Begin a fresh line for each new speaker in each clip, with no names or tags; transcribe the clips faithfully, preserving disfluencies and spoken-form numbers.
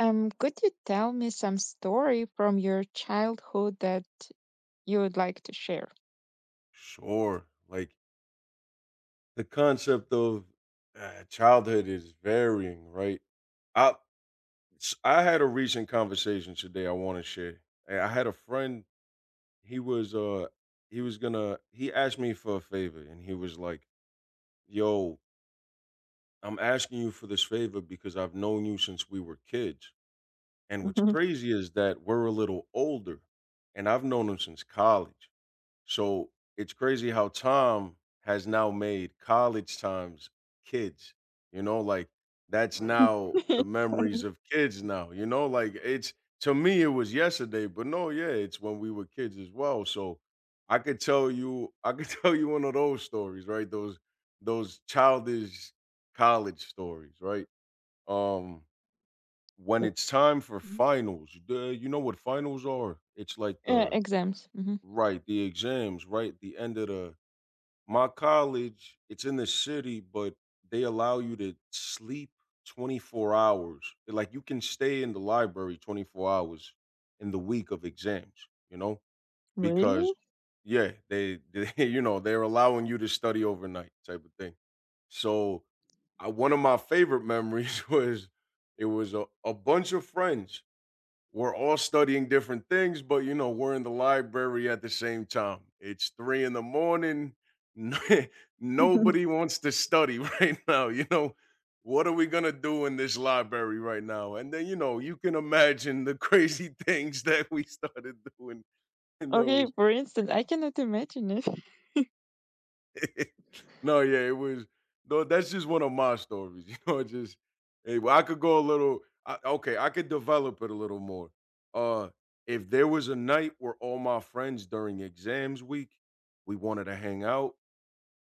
Um, could you tell me some story from your childhood that you would like to share?
Sure. Like the concept of uh, childhood is varying, right? I s- I had a recent conversation today I want to share. I I had a friend, he was uh he was going to he asked me for a favor and he was like, "Yo, I'm asking you for this favor because I've known you since we were kids." And what's
Mhm.
crazy is that we're a little older and I've known him since college. So it's crazy how Tom has now made college times kids, you know, like that's now the memories of kids now, you know, like it's to me, it was yesterday, but no, yeah, it's when we were kids as well. So I could tell you, I could tell you one of those stories, right? Those, those childish college stories, right? Um, when it's time for finals, the, you know what finals are? It's like
Uh,
the,
exams. Hmm.
right, the exams, right? The end of the My college, it's in the city, but they allow you to sleep twenty-four hours. Like you can stay in the library twenty-four hours in the week of exams, you know,
Really?
because yeah, they, they you know, they're allowing you to study overnight type of thing. So I, one of my favorite memories was it was a, a bunch of friends we're all studying different things, but you know, we're in the library at the same time. It's three in the morning. Nobody wants to study right now. You know, what are we going to do in this library right now? And then, you know, you can imagine the crazy things that we started doing in
Okay,
those.
for instance, I cannot imagine it.
No, yeah, it was. No, that's just one of my stories. You know, it just Hey, well, I could go a little. I, okay, I could develop it a little more. Uh, if there was a night where all my friends during exams week, we wanted to hang out.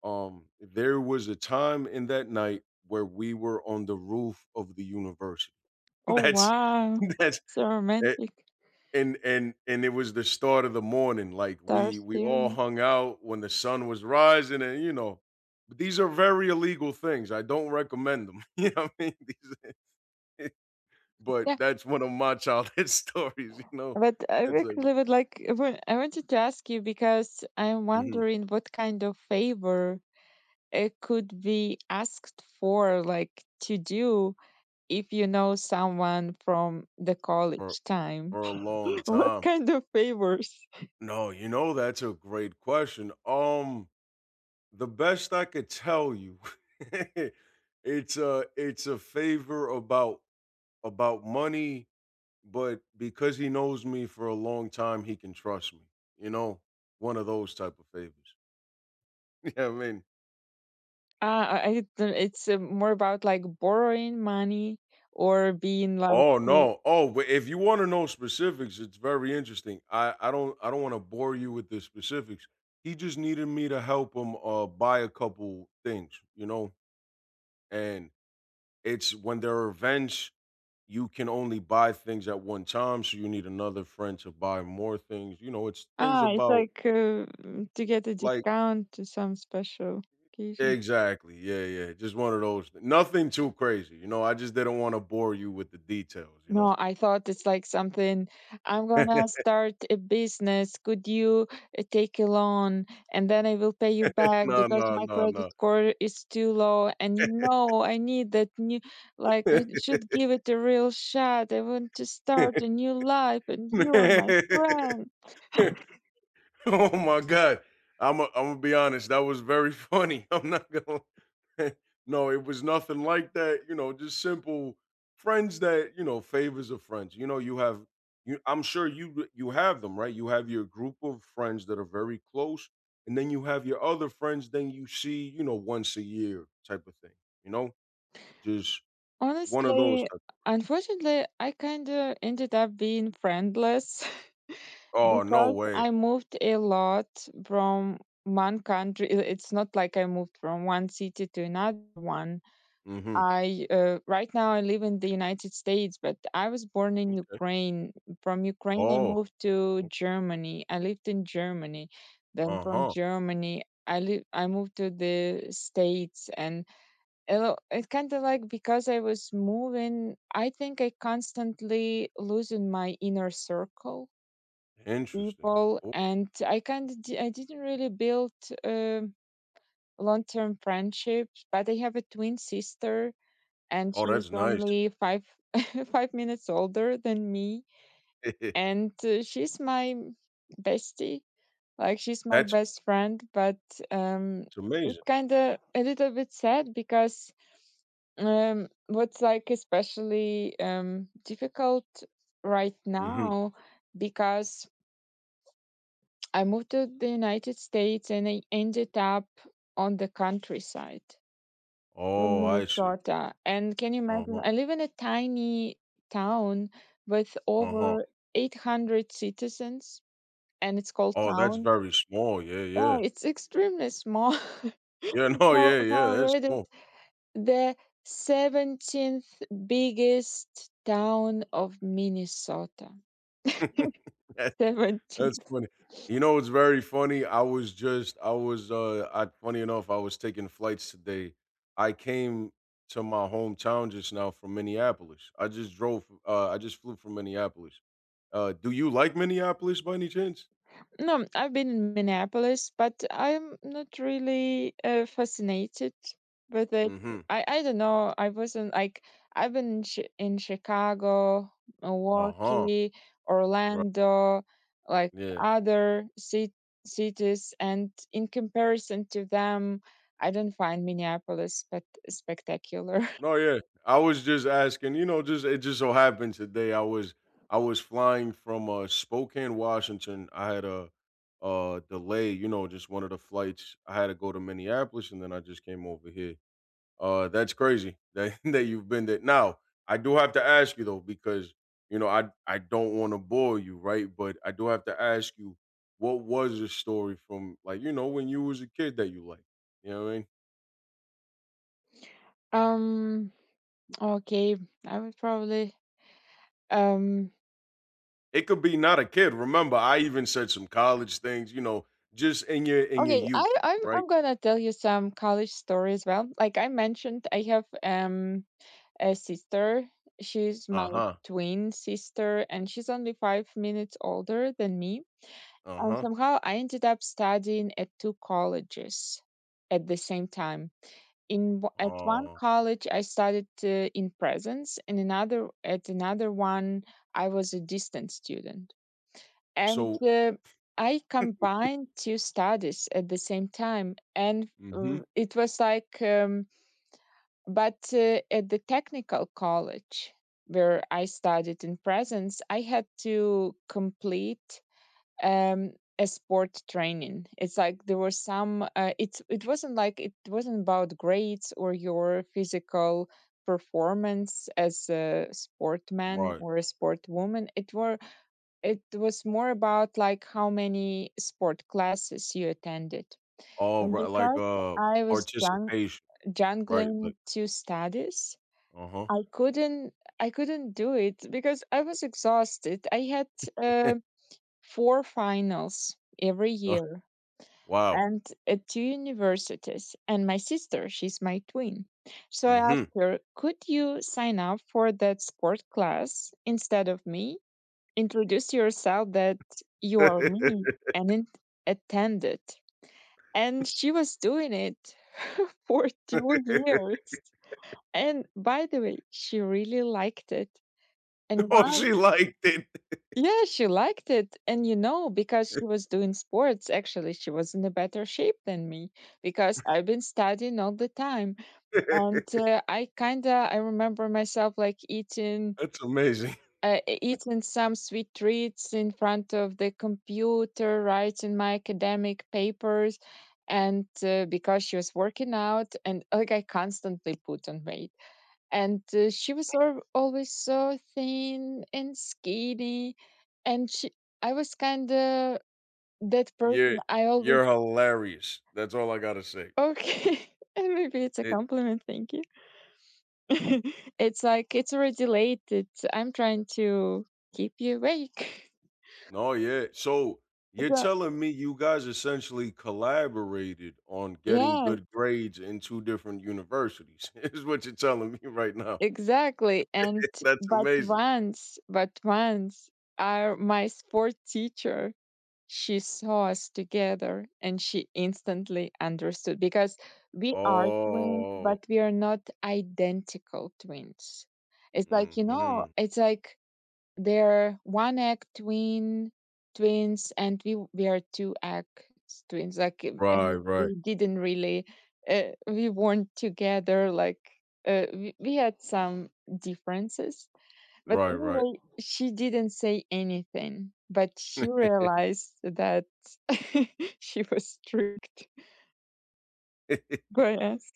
Um, there was a time in that night where we were on the roof of the university.
Oh,
that's
wow.
that's
So romantic.
and and and it was the start of the morning. Like
Star
we we all
theorem.
hung out when the sun was rising, and you know, but these are very illegal things. I don't recommend them. You know what I mean? These, but
Yeah,
that's one of my childhood stories. You know,
but I
that's like
actually would like, I wa- I wanted to ask you because I'm
mhm,
wondering what kind of favor it could be asked for, like to do, if you know someone from the college
for
time.
for a long
What
time.
kind of favors?
No, you know that's a great question. Um, the best I could tell you, it's a it's a favor about about money but because he knows me for a long time, he can trust me. You know, one of those type of favors. Yeah, I mean?
uh, I, I don't- It's uh, more about like borrowing money or being like
Oh
uh,
no. Oh, but if you want to know specifics, it's very interesting. I I don't I don't want to bore you with the specifics. He just needed me to help him uh buy a couple things, you know? And it's when there are events, you can only buy things at one time, so you need another friend to buy more things. You know, it's things
ah it's
about
like uh, to get a
like
discount to some special occasion.
Exactly. Yeah, yeah. Just one of those. th- Nothing too crazy. You know, I just didn't want to bore you with the details, you know.
No, I thought it's like something, "I'm gonna start a business. Could you uh, take a loan? And then I will pay you back
No,
because
no,
my
no,
credit
no.
score is too low. And you know, I need that new, like, I should give it a real shot. I want to start a new life, and you are my friend."
Oh my god. I'm a, I'm gonna be honest. That was very funny. I'm not gonna. No, it was nothing like that. You know, just simple friends that you know favors of friends. You know, you have you. I'm sure you you have them, right? You have your group of friends that are very close, and then you have your other friends. Then you see, you know, once a year type of thing. You know, just one of those.
Honestly,
Type.
unfortunately, I kind of ended up being friendless,
Oh no
because
way.
I moved a lot from one country. i- It's not like I moved from one city to another one.
Mm-hmm.
I uh, Right now I live in the United States, but I was born in Ukraine. From Ukraine, I
Oh.
moved to Germany. I lived in Germany. Then
Uh
from
huh.
Germany, I live. I moved to the States, and it'll- it's kind of like because I was moving, I think I constantly losing my inner circle
Interesting.
people,
Cool.
and I kind of di- I didn't really build um long-term friendships. But I have a twin sister, and
Oh,
she's
that's nice.
only five five minutes older than me. And uh, she's my bestie. Like she's my
That's
best friend, but um
It's
it's
amazing.
kind of a little bit sad, because um what's like especially um difficult right
Mhm.
now, because I moved to the United States and I ended up on the countryside in
Oh, I see.
Minnesota. And can you imagine?
Uh-huh,
I live in a tiny town with
uh-huh.
over eight hundred citizens, and it's called
Oh, that's
town.
very small. Yeah,
Yeah,
yeah.
it's extremely small.
Yeah, no,
How
yeah,
how
yeah,
I
that's
read it?
small.
The seventeenth biggest town of Minnesota. seventeen.
That's funny. You know it's very funny? I was just I was, uh I Funny enough, I was taking flights today. I came to my hometown just now from Minneapolis. I just drove uh, I just flew from Minneapolis. Uh, do you like Minneapolis by any chance?
No, I've been in Minneapolis, but I'm not really uh, fascinated with it.
Mhm.
I I don't know. I wasn't like I've been in, Chi- in Chicago,
Uh-huh.
Milwaukee,
Right.
Orlando, like
Yeah.
other ci- cities, and in comparison to them, I don't find Minneapolis spect- spectacular.
No, yeah. I was just asking, you know, just it just so happened today I was I was flying from uh Spokane, Washington. I had a uh delay, you know, just one of the flights. I had to go to Minneapolis and then I just came over here. Uh that's crazy that that you've been there. Now, I do have to ask you though because you know, I I don't want to bore you, right? But I do have to ask you what was the story from like, you know, when you was a kid that you liked? You know what I mean?
Um. Okay, I would probably um
It could be not a kid. Remember, I even said some college things, you know, just in your in your
Okay, I
youth,
I'm
right?
I'm gonna tell you some college story as well. Like I mentioned, I have um a sister. She's my
Uh-huh.
twin sister, and she's only five minutes older than me. And
Uh-huh.
somehow I ended up studying at two colleges at the same time. In w- at one
Uh,
college, I studied uh, in presence, and another at another one, I was a distance student, and
so
uh, I combined two studies at the same time. And
mhm.
uh, it was like, um, but uh, at the technical college where I studied in presence, I had to complete um, a sport training. It's like there was some. Uh, it's it wasn't like it wasn't about grades or your physical performance as a sportman
Right.
or a sportwoman. It were it was more about like how many sport classes you attended.
All
And
right, like
because
uh
I was jung-
participation, right?
jungling
Like,
two studies,
uh-huh.
I couldn't I couldn't do it because I was exhausted. I had uh, four finals every
Uh,
year
wow.
and at two universities. And my sister, she's my twin. So I asked
Mhm.
her, could you sign up for that sport class instead of me? Introduced yourself that you are me and it attended. And she was doing it for two years. And by the way, she really liked it. And
Oh,
one,
she liked it.
yeah, she liked it. And you know, because she was doing sports, actually, she was in a better shape than me because I've been studying all the time. And uh, I kind of, I remember myself like eating
That's amazing.
uh, e- eating some sweet treats in front of the computer, writing my academic papers, and uh, because she was working out, and like I constantly put on weight, and uh, she was al- always so thin and skinny, and she, I was kind of that person.
You're
I always.
you're hilarious. That's all I gotta say.
Okay. And maybe it's a
It
compliment, thank you. It's like it's already late. It's, I'm trying to keep you awake.
No, yeah. So you're
So,
telling me you guys essentially collaborated on getting
yeah.
good grades in two different universities, is what you're telling me right now.
Exactly. And
That's
but
amazing.
once, but once, our my sport teacher, she saw us together and she instantly understood because we are twins,
Oh,
but we are not identical twins. It's like, you know,
hmm,
it's like they're one egg twin twins, and we we are two egg twins. Like, um,
right,
and
right,
we didn't really, uh, we weren't together. Like, uh, we, we had some differences, but
right, right.
anyway, she didn't say anything. But she realized that she was tricked by us.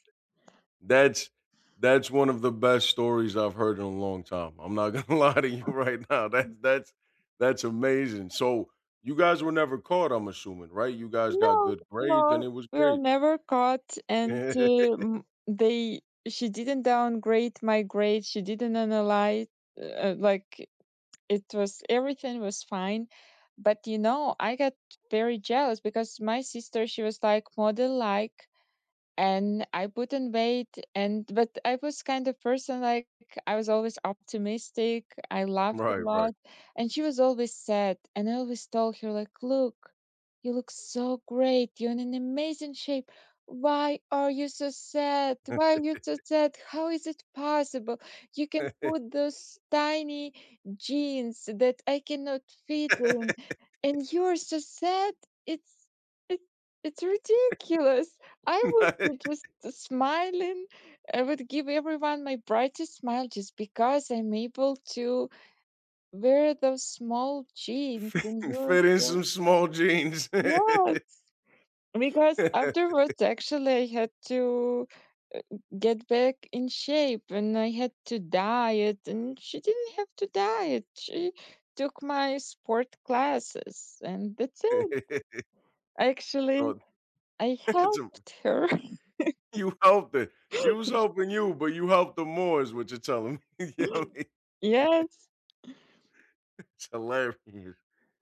that's that's one of the best stories I've heard in a long time. I'm not gonna lie to you right now. That's that's that's amazing. So you guys were never caught, I'm assuming, right? You guys got
No,
good grades and
no,
it was
we were
great.
never caught, and um, they she didn't downgrade my grade. She didn't analyze, uh, like it was everything was fine. But you know, I got very jealous, because my sister, she was like model like, and I put not wait. and but I was kind of person like I was always optimistic. I laughed
Right,
a
right.
lot and she was always sad, and I always told her like, look, you look so great. You're in an amazing shape. Why are you so sad? Why are you so sad? How is it possible? You can put those tiny jeans that I cannot fit in and you're so sad. It's, it's it's ridiculous. I would just smiling. I would give everyone my brightest smile just because I'm able to wear those small jeans and wear
Fit in
the-
some small jeans.
Yes, because afterwards, actually, I had to get back in shape and I had to diet, and she didn't have to diet. She took my sport classes, and that's it. Actually,
Oh,
I
it's a
helped her.
you helped it. She was helping you, but you helped her more is what you're telling me. You know what I mean?
Yes.
It's hilarious.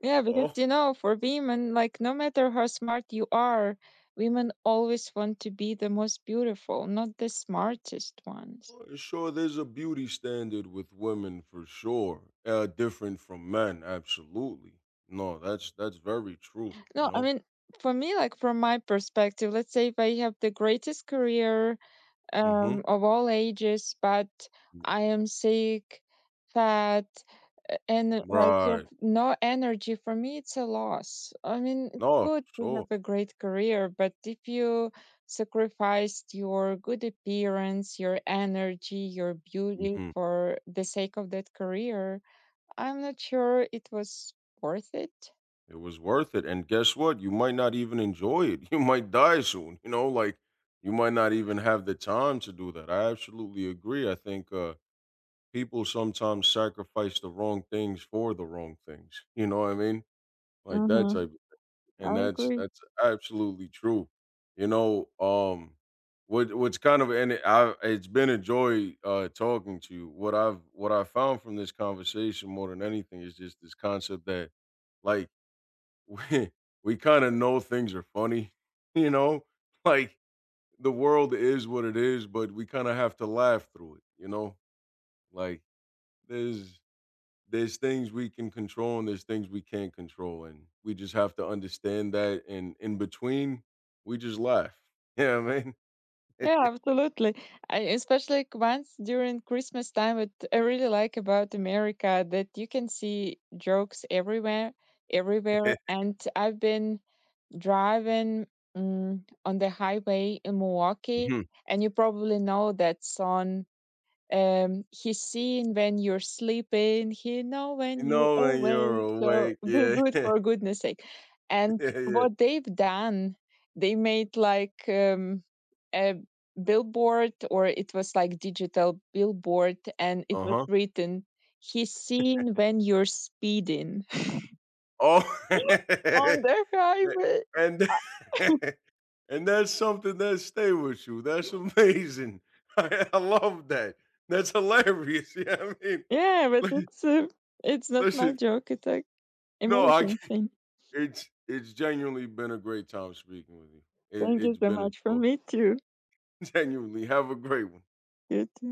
Yeah, because
Oh,
you know, for women, like, no matter how smart you are, women always want to be the most beautiful, not the smartest ones.
sure, there's a beauty standard with women for sure. Uh, different from men, absolutely. No, that's that's very true, you
No, I
know?
mean, for me, like from my perspective, let's say if I have the greatest career,
Mhm.
um, of all ages, but I am sick, fat, uh, and uh, like you have
Right.
no energy. For me, it's a loss. I mean, it's
No,
good to
sure.
have a great career, but if you sacrificed your good appearance, your energy, your beauty
Mhm.
for the sake of that career, I'm not sure it was worth it.
It was worth it, and guess what? You might not even enjoy it. You might die soon, you know, like, you might not even have the time to do that. I absolutely agree. I think, uh, people sometimes sacrifice the wrong things for the wrong things, you know what I mean? Like that
Mm-hmm.
type and
I
that's
agree.
that's absolutely true. You know, um, what what's kind of and I It's been a joy, uh, talking to you. What I've what I found from this conversation more than anything is just this concept that, like we we kind of know things are funny, you know? Like the world is what it is, but we kind of have to laugh through it, you know? Like there's there's things we can control and there's things we can't control and we just have to understand that and in between we just laugh. Yeah, man.
Yeah, absolutely. I, especially like once during Christmas time, what I really like about America that you can see jokes everywhere, everywhere. And I've been driving mm, on the highway in Milwaukee,
Mhm.
and you probably know that song, um, he's seen when you're sleeping, he know
You
when you
know when you're
awake, so
awake.
be
Yeah.
good for goodness sake. And
Yeah, yeah.
what they've done, they made like um, a billboard, or it was like digital billboard, and it was
Uh-huh.
written, he's seen when you're speeding
Oh.
on the highway.
And And that's something that stay with you. That's amazing. I, I love that. That's hilarious. Yeah, I mean,
Yeah, but
li-
it's uh, it's not my
listen,
joke, it's a
no, I
American
can't-
thing.
it's it's genuinely been a great time speaking with you. It,
Thank you
it's
so
been a
much, for
joy.
me too.
Genuinely, have a great one.
You too.